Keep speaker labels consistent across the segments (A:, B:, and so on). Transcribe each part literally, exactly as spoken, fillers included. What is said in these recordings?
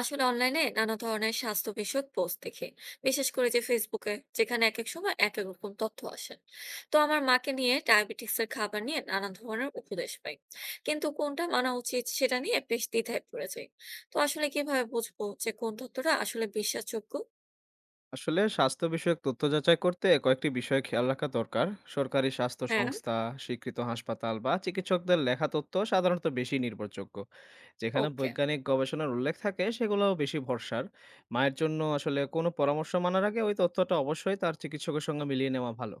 A: আসলে অনলাইনে নানা ধরনের স্বাস্থ্য বিষয়ক পোস্ট দেখি, বিশেষ করে যে ফেসবুকে, যেখানে এক এক সময় এক এক রকম তথ্য আসে। তো আমার মাকে নিয়ে ডায়াবেটিস এর খাবার নিয়ে নানা ধরনের উপদেশ পাই, কিন্তু কোনটা মানা উচিত সেটা নিয়ে বেশ দ্বিধায় পড়ে যাই। তো আসলে কিভাবে বুঝবো যে কোন তথ্যটা আসলে বিশ্বাসযোগ্য?
B: আসলে স্বাস্থ্য বিষয়ক তথ্য যাচাই করতে কয়েকটি বিষয়ে খেয়াল রাখা দরকার। সরকারি স্বাস্থ্য
A: হ্যাঁ।
B: সংস্থা, স্বীকৃত হাসপাতাল বা চিকিৎসকদের লেখা তথ্য সাধারণত বেশি নির্ভরযোগ্য। যেখানে
A: ওকে,
B: বৈজ্ঞানিক গবেষণার উল্লেখ থাকে সেগুলো বেশি ভরসার। মায়ের জন্য আসলে কোনো পরামর্শ মানার আগে ওই তথ্যটা অবশ্যই তার চিকিৎসকের সঙ্গে মিলিয়ে নেওয়া ভালো।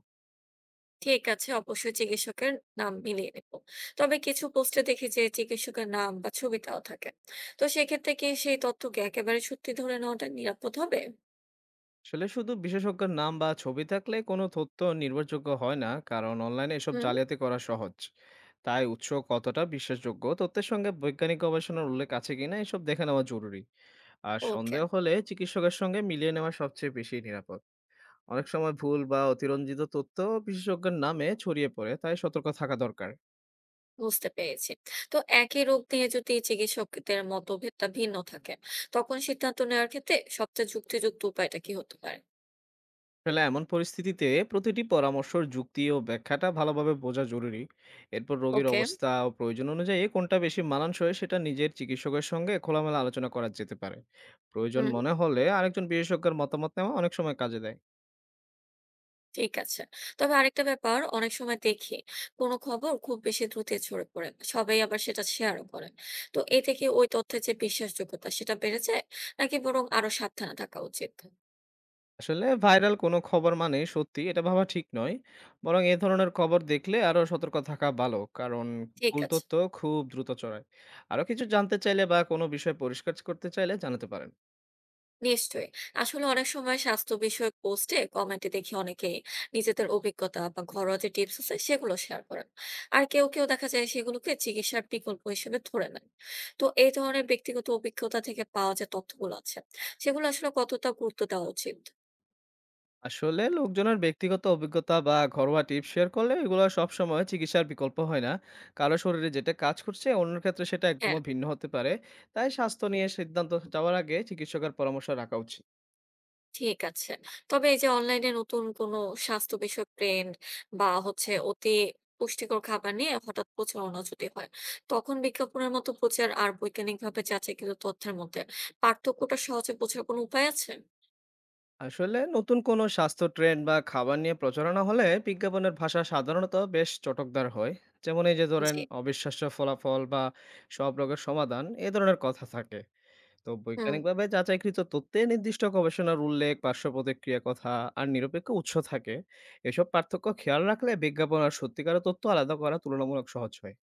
A: ঠিক আছে, অবশ্যই চিকিৎসকের নাম মিলিয়ে নেব। তবে কিছু পোস্টে দেখি যে চিকিৎসকের নাম বা ছবি দেওয়া থাকে। তো সেক্ষেত্রে কি সেই তথ্যকে একেবারে সত্যি ধরে নেওয়াটা নিরাপদ হবে?
B: আসলে শুধু বিশেষজ্ঞের নাম বা ছবি থাকলে কোনো তথ্য নির্ভরযোগ্য হয় না, কারণ অনলাইনে এসব জালিয়াতি করা সহজ। তাই উৎস কতটা বিশ্বাসযোগ্য, তথ্যের সঙ্গে বৈজ্ঞানিক গবেষণার উল্লেখ আছে কিনা এসব দেখে নেওয়া জরুরি। আর
A: ওকে,
B: সন্দেহ হলে চিকিৎসকের সঙ্গে মিলিয়ে নেওয়া সবচেয়ে বেশি নিরাপদ। অনেক সময় ভুল বা অতিরঞ্জিত তথ্য বিশেষজ্ঞের নামে ছড়িয়ে পড়ে, তাই সতর্ক থাকা দরকার।
A: বুঝতে পেরেছি। তো একই রোগ নিয়ে যদি চিকিৎসকদের মতভেদটা ভিন্ন থাকে, তখন সিদ্ধান্ত নেওয়ার ক্ষেত্রে সবচেয়ে যুক্তিযুক্ত উপায়টা কি হতে পারে?
B: আসলে এমন পরিস্থিতিতে প্রতিটি পরামর্শর যুক্তি ও ব্যাখ্যাটা ভালোভাবে বোঝা জরুরি। এরপর রোগীর
A: ওকে।
B: অবস্থা ও প্রয়োজন অনুযায়ী কোনটা বেশি মানানসই সেটা নিজের চিকিৎসকের সঙ্গে খোলামেলা আলোচনা করা যেতে পারে। প্রয়োজন
A: হুম,
B: মনে হলে আরেকজন বিশেষজ্ঞের মতামত নেওয়া অনেক সময় কাজে দেয়।
A: ঠিক আছে। তবে আরেকটা ব্যাপার অনেক সময় দেখি, কোনো খবর খুব বেশি দ্রুত ছড়ে পড়ে। সবাই আবার সেটা শেয়ারও করে। তো এতে কি ওই তথ্যের যে বিশ্বাসযোগ্যতা সেটা বেড়ে যায়? নাকি বরং আরো সাবধানে থাকা উচিত?
B: আসলে ভাইরাল কোনো খবর মানে সত্যি এটা ভাবা ঠিক নয়। বরং এ ধরনের খবর দেখলে আরো সতর্ক থাকা ভালো। কারণ
A: ঠিক
B: ভুল
A: আছে।
B: তথ্য খুব দ্রুত ছড়ায়। আরো কিছু জানতে চাইলে বা কোনো বিষয় পরিষ্কার করতে চাইলে জানাতে পারেন।
A: নিশ্চয়ই। আসলে অনেক সময় স্বাস্থ্য বিষয়ক পোস্টে কমেন্টে দেখি অনেকেই নিজেদের অভিজ্ঞতা বা ঘরোয়া যে টিপস আছে সেগুলো শেয়ার করেন। আর কেউ কেউ দেখা যায় সেগুলোকে চিকিৎসার বিকল্প হিসেবে ধরে নেন। তো এই ধরনের ব্যক্তিগত অভিজ্ঞতা থেকে পাওয়া যে তথ্যগুলো আছে সেগুলো আসলে কতটা গুরুত্ব দেওয়া উচিত?
B: আসলে লোকজনের ব্যক্তিগত অভিজ্ঞতা বা ঘরোয়া টিপস শেয়ার করলে এগুলো সবসময় চিকিৎসার বিকল্প হয় না। কারো শরীরে যেটা কাজ করছে অন্যের ক্ষেত্রে সেটা
A: হ্যাঁ,
B: একদমই ভিন্ন হতে পারে। তাই স্বাস্থ্য নিয়ে সিদ্ধান্ত যাওয়ার আগে চিকিৎসকের পরামর্শ রাখা উচিত।
A: ঠিক আছে। তবে এই যে অনলাইনে নতুন কোনো স্বাস্থ্য বিষয়ক ট্রেন্ড বা হচ্ছে অতি পুষ্টিকর খাবার নিয়ে হঠাৎ প্রচারণা যদি হয়, তখন বিজ্ঞাপনের মতো প্রচার আর বৈজ্ঞানিকভাবে যাচাইকৃত তথ্যের মধ্যে পার্থক্যটা সহজে বোঝার কোনো উপায় আছে?
B: আসলে নতুন কোনো স্বাস্থ্য ট্রেন্ড বা খাবার নিয়ে প্রচারণা হলে বিজ্ঞাপনের ভাষা সাধারণত বেশ চটকদার হয়, যেমন এই যে ধরেন
A: জি।
B: অবিশ্বাস্য ফলাফল বা সব রোগের সমাধান এ ধরনের কথা থাকে। তো
A: হুম।
B: বৈজ্ঞানিকভাবে যাচাইকৃত তথ্যে নির্দিষ্ট গবেষণার উল্লেখ, পার্শ্ব প্রতিক্রিয়া কথা আর নিরপেক্ষ উৎস থাকে। এসব পার্থক্য খেয়াল রাখলে বিজ্ঞাপন আর সত্যিকারের তথ্য আলাদা করা তুলনামূলক সহজ হয়।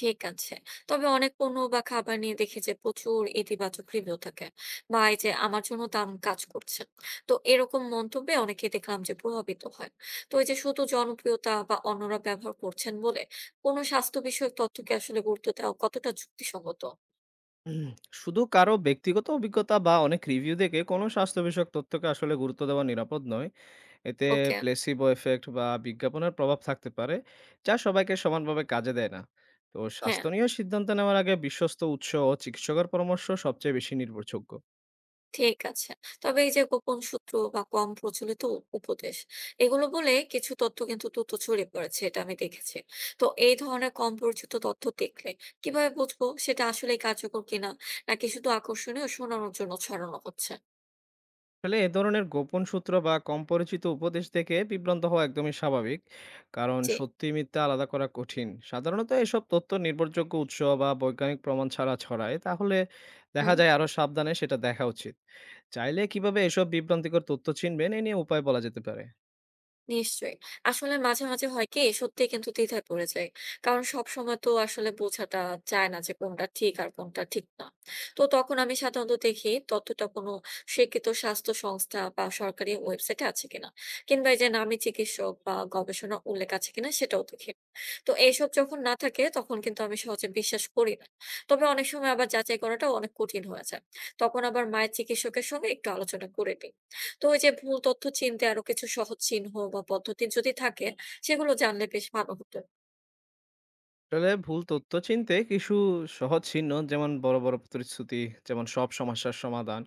A: ঠিক আছে। তবে অনেক পণ্য বা খাবার নিয়ে দেখি যে প্রচুর ইতিবাচক রিভিউ থাকে, বা এই যে আমার জন্য দাম কাজ করছে। তো এরকম মন্তব্যে অনেকে দেখলাম যে প্রভাবিত হয়। তো এই যে শুধু জনপ্রিয়তা বা অন্যরা ব্যবহার করছেন বলে কোনো স্বাস্থ্য বিষয়ক তথ্যকে আসলে গুরুত্ব দেওয়া কতটা যুক্তিসঙ্গত?
B: উম, শুধু কারো ব্যক্তিগত অভিজ্ঞতা বা অনেক রিভিউ দেখে কোনো স্বাস্থ্য বিষয়ক তথ্যকে আসলে গুরুত্ব দেওয়া নিরাপদ নয়। এতে
A: ওকে।
B: প্লেসিবো ইফেক্ট বা বিজ্ঞাপনের প্রভাব থাকতে পারে, যা সবাইকে সমানভাবে কাজে দেয় না। তো
A: হ্যাঁ,
B: স্বাস্থ্য নিয়ে সিদ্ধান্ত নেওয়ার আগে বিশ্বস্ত উৎস ও চিকিৎসকের পরামর্শ সবচেয়ে বেশি নির্ভরযোগ্য।
A: ঠিক আছে। তবে এই যে গোপন সূত্র বা কম প্রচলিত উপদেশ, এগুলো বলে কিছু তথ্য কিন্তু দ্রুত ছড়িয়ে পড়েছে, এটা আমি দেখেছি। তো এই ধরনের কম পরিচিত তথ্য দেখলে কিভাবে বুঝবো সেটা আসলেই কার্যকর কিনা, নাকি শুধু আকর্ষণীয় শোনানোর জন্য ছড়ানো হচ্ছে?
B: আসলে এ ধরনের গোপন সূত্র বা কম পরিচিত উপদেশ থেকে বিভ্রান্ত হওয়া একদমই স্বাভাবিক। কারণ
A: জি।
B: সত্যি মিথ্যা আলাদা করা কঠিন। সাধারণত এসব তথ্য নির্ভরযোগ্য উৎস বা বৈজ্ঞানিক প্রমাণ ছাড়া ছড়ায়, তাহলে দেখা যায় আরো সাবধানে সেটা দেখা উচিত। চাইলে কিভাবে এসব বিভ্রান্তিকর তথ্য চিনবেন, এ নিয়ে উপায় বলা যেতে পারে।
A: নিশ্চয়ই। আসলে মাঝে, মাঝে হয় কি সত্যিই কিন্তু দ্বিধায় পড়ে যাই। কারণ সবসময় তো আসলে বোঝাটা যায় না যে কোনটা ঠিক আর কোনটা ঠিক না। তো তখন আমি সাধারণত দেখি তথ্যটা কোনো স্বীকৃত স্বাস্থ্য সংস্থা বা সরকারি ওয়েবসাইটে আছে কিনা। কিংবা এই যে নামী চিকিৎসক বা গবেষণার উল্লেখ আছে কিনা সেটাও দেখি। তো এইসব যখন না থাকে তখন কিন্তু আমি সহজে বিশ্বাস করি না। তবে অনেক সময় আবার যাচাই করাটাও অনেক কঠিন হয়ে যায়। তখন আবার মায়ের চিকিৎসকের সঙ্গে একটু আলোচনা করে নিই। তো ওই যে ভুল তথ্য চিনতে আরো কিছু সহজ চিহ্ন বা পদ্ধতি যদি থাকে সেগুলো জানলে বেশ ভালো হতো।
B: আসলে ভুল তথ্য চিনতে কিছু সহজ চিহ্ন, যেমন বড় বড় প্রতিশ্রুতি, যেমন সব সমস্যার সমাধান,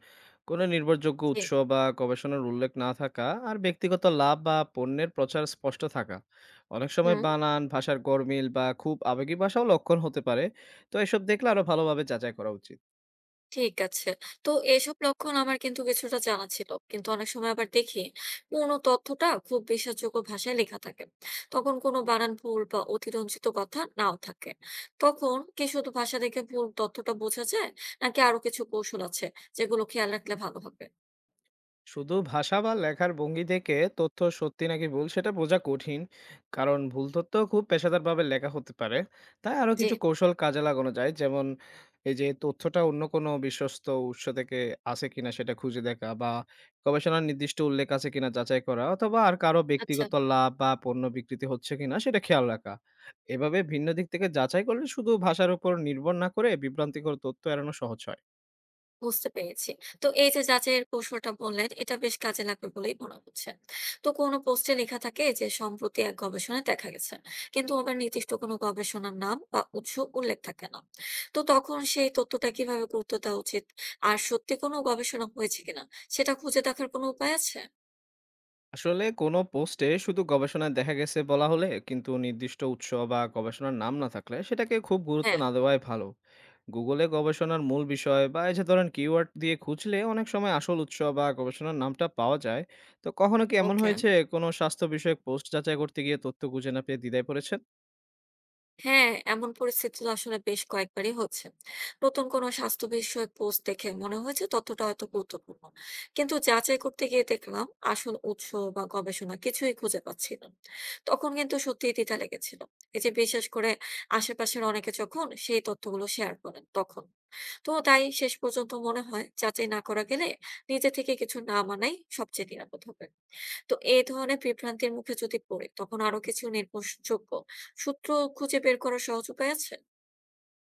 B: কোনো নির্ভরযোগ্য
A: জি।
B: উৎস বা গবেষণার উল্লেখ না থাকা, আর ব্যক্তিগত লাভ বা পণ্যের প্রচার স্পষ্ট থাকা। অনেক সময়
A: হুম,
B: বানান ভাষার গরমিল বা খুব আবেগী ভাষাও লক্ষণ হতে পারে। তো এসব দেখলে আরো ভালোভাবে যাচাই করা উচিত।
A: ঠিক আছে। তো এসব লক্ষণ আমার কিন্তু কিছুটা জানা ছিল। কিন্তু অনেক সময় আবার দেখি পুরনো তথ্যটা খুব বিশ্বাসযোগ্য ভাষায় লেখা থাকে। তখন কোনো বানান ভুল বা অতিরঞ্জিত কথা নাও থাকে। তখন কি শুধু ভাষা দেখে ভুল তথ্যটা বোঝা যায়? নাকি আরো কিছু কৌশল আছে যেগুলো খেয়াল রাখলে ভালো হবে?
B: শুধু ভাষা বা লেখার ভঙ্গি থেকে তথ্য সত্যি নাকি ভুল সেটা বোঝা কঠিন, কারণ ভুল তথ্য খুব পেশাদারভাবে লেখা হতে পারে। তাই আরো
A: জি,
B: কিছু কৌশল কাজে লাগানো যায়, যেমন এই যে তথ্যটা অন্য কোনো বিশ্বস্ত উৎস থেকে আছে কিনা সেটা খুঁজে দেখা, বা গবেষণার নির্দিষ্ট উল্লেখ আছে কিনা যাচাই করা, অথবা আর কারো
A: আচ্ছা।
B: ব্যক্তিগত লাভ বা পণ্য বিকৃতি হচ্ছে কিনা সেটা খেয়াল রাখা। এভাবে ভিন্ন দিক থেকে যাচাই করলে শুধু ভাষার উপর নির্ভর না করে বিভ্রান্তিকর তথ্য এড়ানো সহজ হয়।
A: বুঝতে পেরেছি। তো এই যে যাচাইয়ের কৌশলটা বললেন, এটা বেশ কাজে লাগবে বলেই মনে হচ্ছে। তো কোনো পোস্টে লেখা থাকে যে সম্প্রতি এক গবেষণায় দেখা গেছে। কিন্তু আবার নির্দিষ্ট কোনো গবেষণার নাম বা উৎস উল্লেখ থাকে না। তো তখন সেই তথ্যটা কিভাবে গুরুত্ব দেওয়া উচিত? আর সত্যি কোনো গবেষণা হয়েছে কিনা সেটা খুঁজে দেখার কোনো উপায় আছে?
B: আসলে কোনো পোস্টে শুধু গবেষণায় দেখা গেছে বলা হলে কিন্তু নির্দিষ্ট উৎস বা গবেষণার নাম না থাকলে সেটাকে খুব গুরুত্ব
A: হ্যাঁ।
B: না দেওয়াই ভালো। গুগলে গবেষণার মূল বিষয় বা এই যে ধরেন কিওয়ার্ড দিয়ে খুঁজলে অনেক সময় আসল উৎস বা গবেষণার নামটা পাওয়া যায়। তো কখনো কি এমন
A: ওকে।
B: হয়েছে কোনো স্বাস্থ্য বিষয়ক পোস্ট যাচাই করতে গিয়ে তথ্য খুঁজে না পেয়ে দ্বিধায় পড়েছেন?
A: হ্যাঁ, এমন পরিস্থিতি তো আসলে বেশ কয়েকবারই হচ্ছে। নতুন কোনো স্বাস্থ্য বিষয়ক পোস্ট দেখে মনে হয়েছে তথ্যটা হয়তো গুরুত্বপূর্ণ। কিন্তু যাচাই করতে গিয়ে দেখলাম আসল উৎস বা গবেষণা কিছুই খুঁজে পাচ্ছি না। তখন কিন্তু সত্যিই দ্বিধা লেগেছিল। এই যে বিশেষ করে আশেপাশের অনেকে যখন সেই তথ্যগুলো শেয়ার করেন তখন। তো তাই শেষ পর্যন্ত মনে হয় যাচাই না করা গেলে নিজে থেকে কিছু না মানাই সবচেয়ে নিরাপদ হবে। তো এই ধরনের বিভ্রান্তির মুখে যদি পড়ি, তখন আরো কিছু নির্ভরযোগ্য সূত্র খুঁজে বের করার সহজ উপায় আছে?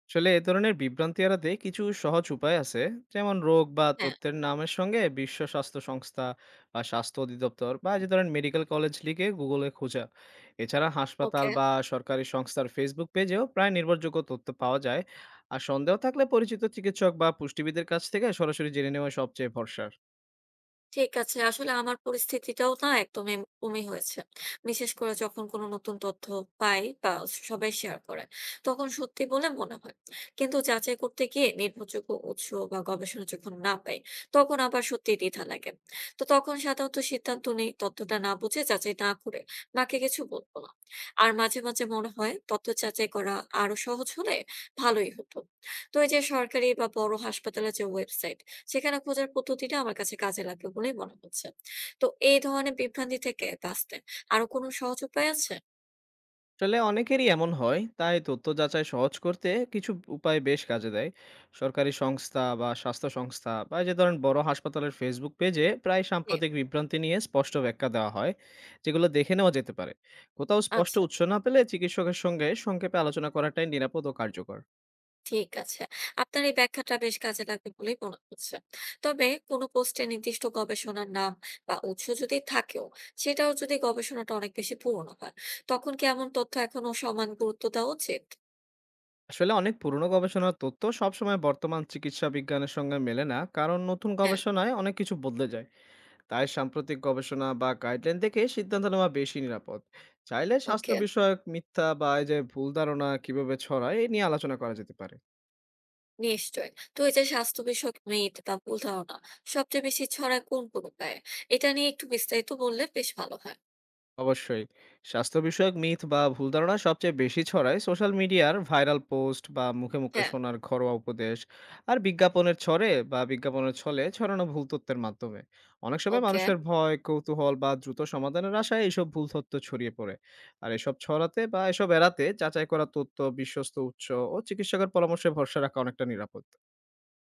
B: আসলে এ ধরনের বিভ্রান্তি এড়াতে কিছু সহজ উপায় আছে, যেমন রোগ বা
A: হ্যাঁ।
B: তথ্যের নামের সঙ্গে বিশ্ব স্বাস্থ্য সংস্থা বা স্বাস্থ্য অধিদপ্তর বা যে ধরেন মেডিকেল কলেজ লিখে গুগলে খোঁজা। এছাড়া হাসপাতাল
A: ওকে।
B: বা সরকারি সংস্থার ফেসবুক পেজেও প্রায় নির্ভরযোগ্য তথ্য পাওয়া যায়। আর সন্দেহ থাকলে পরিচিত চিকিৎসক বা পুষ্টিবিদের কাছ থেকে সরাসরি জেনে নেওয়া সবচেয়ে ভরসার।
A: ঠিক আছে। আসলে আমার পরিস্থিতিটাও না একদম এম ওমই হয়েছে। বিশেষ করে যখন কোনো নতুন তথ্য পাই বা সবাই শেয়ার করে, তখন সত্যি বলে মনে হয়। কিন্তু যাচাই করতে গিয়ে নির্ভরযোগ্য উৎস বা গবেষণা যখন না পাই, তখন আবার সত্যিই দ্বিধা লাগে। তো তখন সাধারণত সিদ্ধান্ত নেই, তথ্যটা না বুঝে যাচাই না করে বাকি কিছু বলব না। আর মাঝে, মাঝে মনে হয় তথ্য যাচাই করা আরো সহজ হলে ভালোই হতো। তো এই যে সরকারি বা বড় হাসপাতালের যে ওয়েবসাইট, সেখানে খোঁজার পদ্ধতিটা আমার কাছে কাজে লাগবে বলেই মনে হচ্ছে। তো এই ধরনের বিভ্রান্তি থেকে বাঁচতে আরো কোনো সহজ উপায় আছে?
B: আসলে অনেকেরই এমন হয়, তাই তথ্য যাচাই সহজ করতে কিছু উপায় বেশ কাজে দেয়। সরকারি সংস্থা বা স্বাস্থ্য সংস্থা বা এই যে ধরেন বড় হাসপাতালের ফেসবুক পেজে প্রায়
A: জি,
B: সাম্প্রতিক বিভ্রান্তি নিয়ে স্পষ্ট ব্যাখ্যা দেওয়া হয়, যেগুলো দেখে নেওয়া যেতে পারে। কোথাও স্পষ্ট
A: আচ্ছা।
B: উৎস না পেলে চিকিৎসকের সঙ্গে সংক্ষেপে আলোচনা করাটাই নিরাপদ ও কার্যকর।
A: ঠিক আছে। আপনার এই ব্যাখ্যাটা বেশ কাজে লাগবে বলেই মনে হচ্ছে। তবে কোনো পোস্টে নির্দিষ্ট গবেষণার নাম বা উৎস যদি থাকেও, সেটাও যদি গবেষণাটা অনেক বেশি পুরনো হয়, তখন কি এমন তথ্য এখনো সমান গুরুত্ব দেওয়া উচিত?
B: আসলে অনেক পুরনো গবেষণার তথ্য সবসময় বর্তমান চিকিৎসা বিজ্ঞানের সঙ্গে মেলে না, কারণ নতুন
A: হ্যাঁ।
B: গবেষণায় অনেক কিছু বদলে যায়। তাই সাম্প্রতিক গবেষণা বা গাইডলাইন দেখে সিদ্ধান্ত নেওয়া বেশি নিরাপদ। চাইলে স্বাস্থ্য
A: ওকে।
B: বিষয়ক মিথ্যা বা এই যে ভুল ধারণা কিভাবে ছড়ায় এ নিয়ে আলোচনা করা যেতে পারে।
A: নিশ্চয়ই। তো এই যে স্বাস্থ্য বিষয়ক মিথ বা ভুল ধারণা সবচেয়ে বেশি ছড়ায় কোন কোন উপায়ে, এটা নিয়ে একটু বিস্তারিত বললে বেশ ভালো হয়।
B: অবশ্যই স্বাস্থ্য বিষয়ক মিথ বা ভুল ধারণা সবচেয়ে বেশি ছড়ায় সোশ্যাল মিডিয়ার ভাইরাল পোস্ট বা মুখে মুখে
A: হ্যাঁ।
B: শোনার ঘরোয়া উপদেশ আর বিজ্ঞাপনের ছড়ে বা বিজ্ঞাপনের ছলে ছড়ানো ভুল তথ্যের মাধ্যমে। অনেক সময়
A: ওকে।
B: মানুষের ভয়, কৌতূহল বা দ্রুত সমাধানের আশায় এইসব ভুল তথ্য ছড়িয়ে পড়ে। আর এসব ছড়াতে বা এসব এড়াতে যাচাই করা তথ্য, বিশ্বস্ত উৎস ও চিকিৎসকের পরামর্শে ভরসা রাখা অনেকটা নিরাপদ।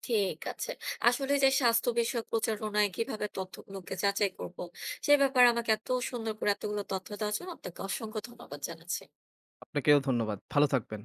A: ঠিক আছে। আসলে যে স্বাস্থ্য বিষয়ক প্রচারণায় কিভাবে তথ্যগুলোকে যাচাই করব সে ব্যাপারে আমাকে এত সুন্দর করে এতগুলো তথ্য দেওয়ার জন্য আপনাকে অসংখ্য ধন্যবাদ জানাচ্ছি।
B: আপনাকেও ধন্যবাদ, ভালো থাকবেন।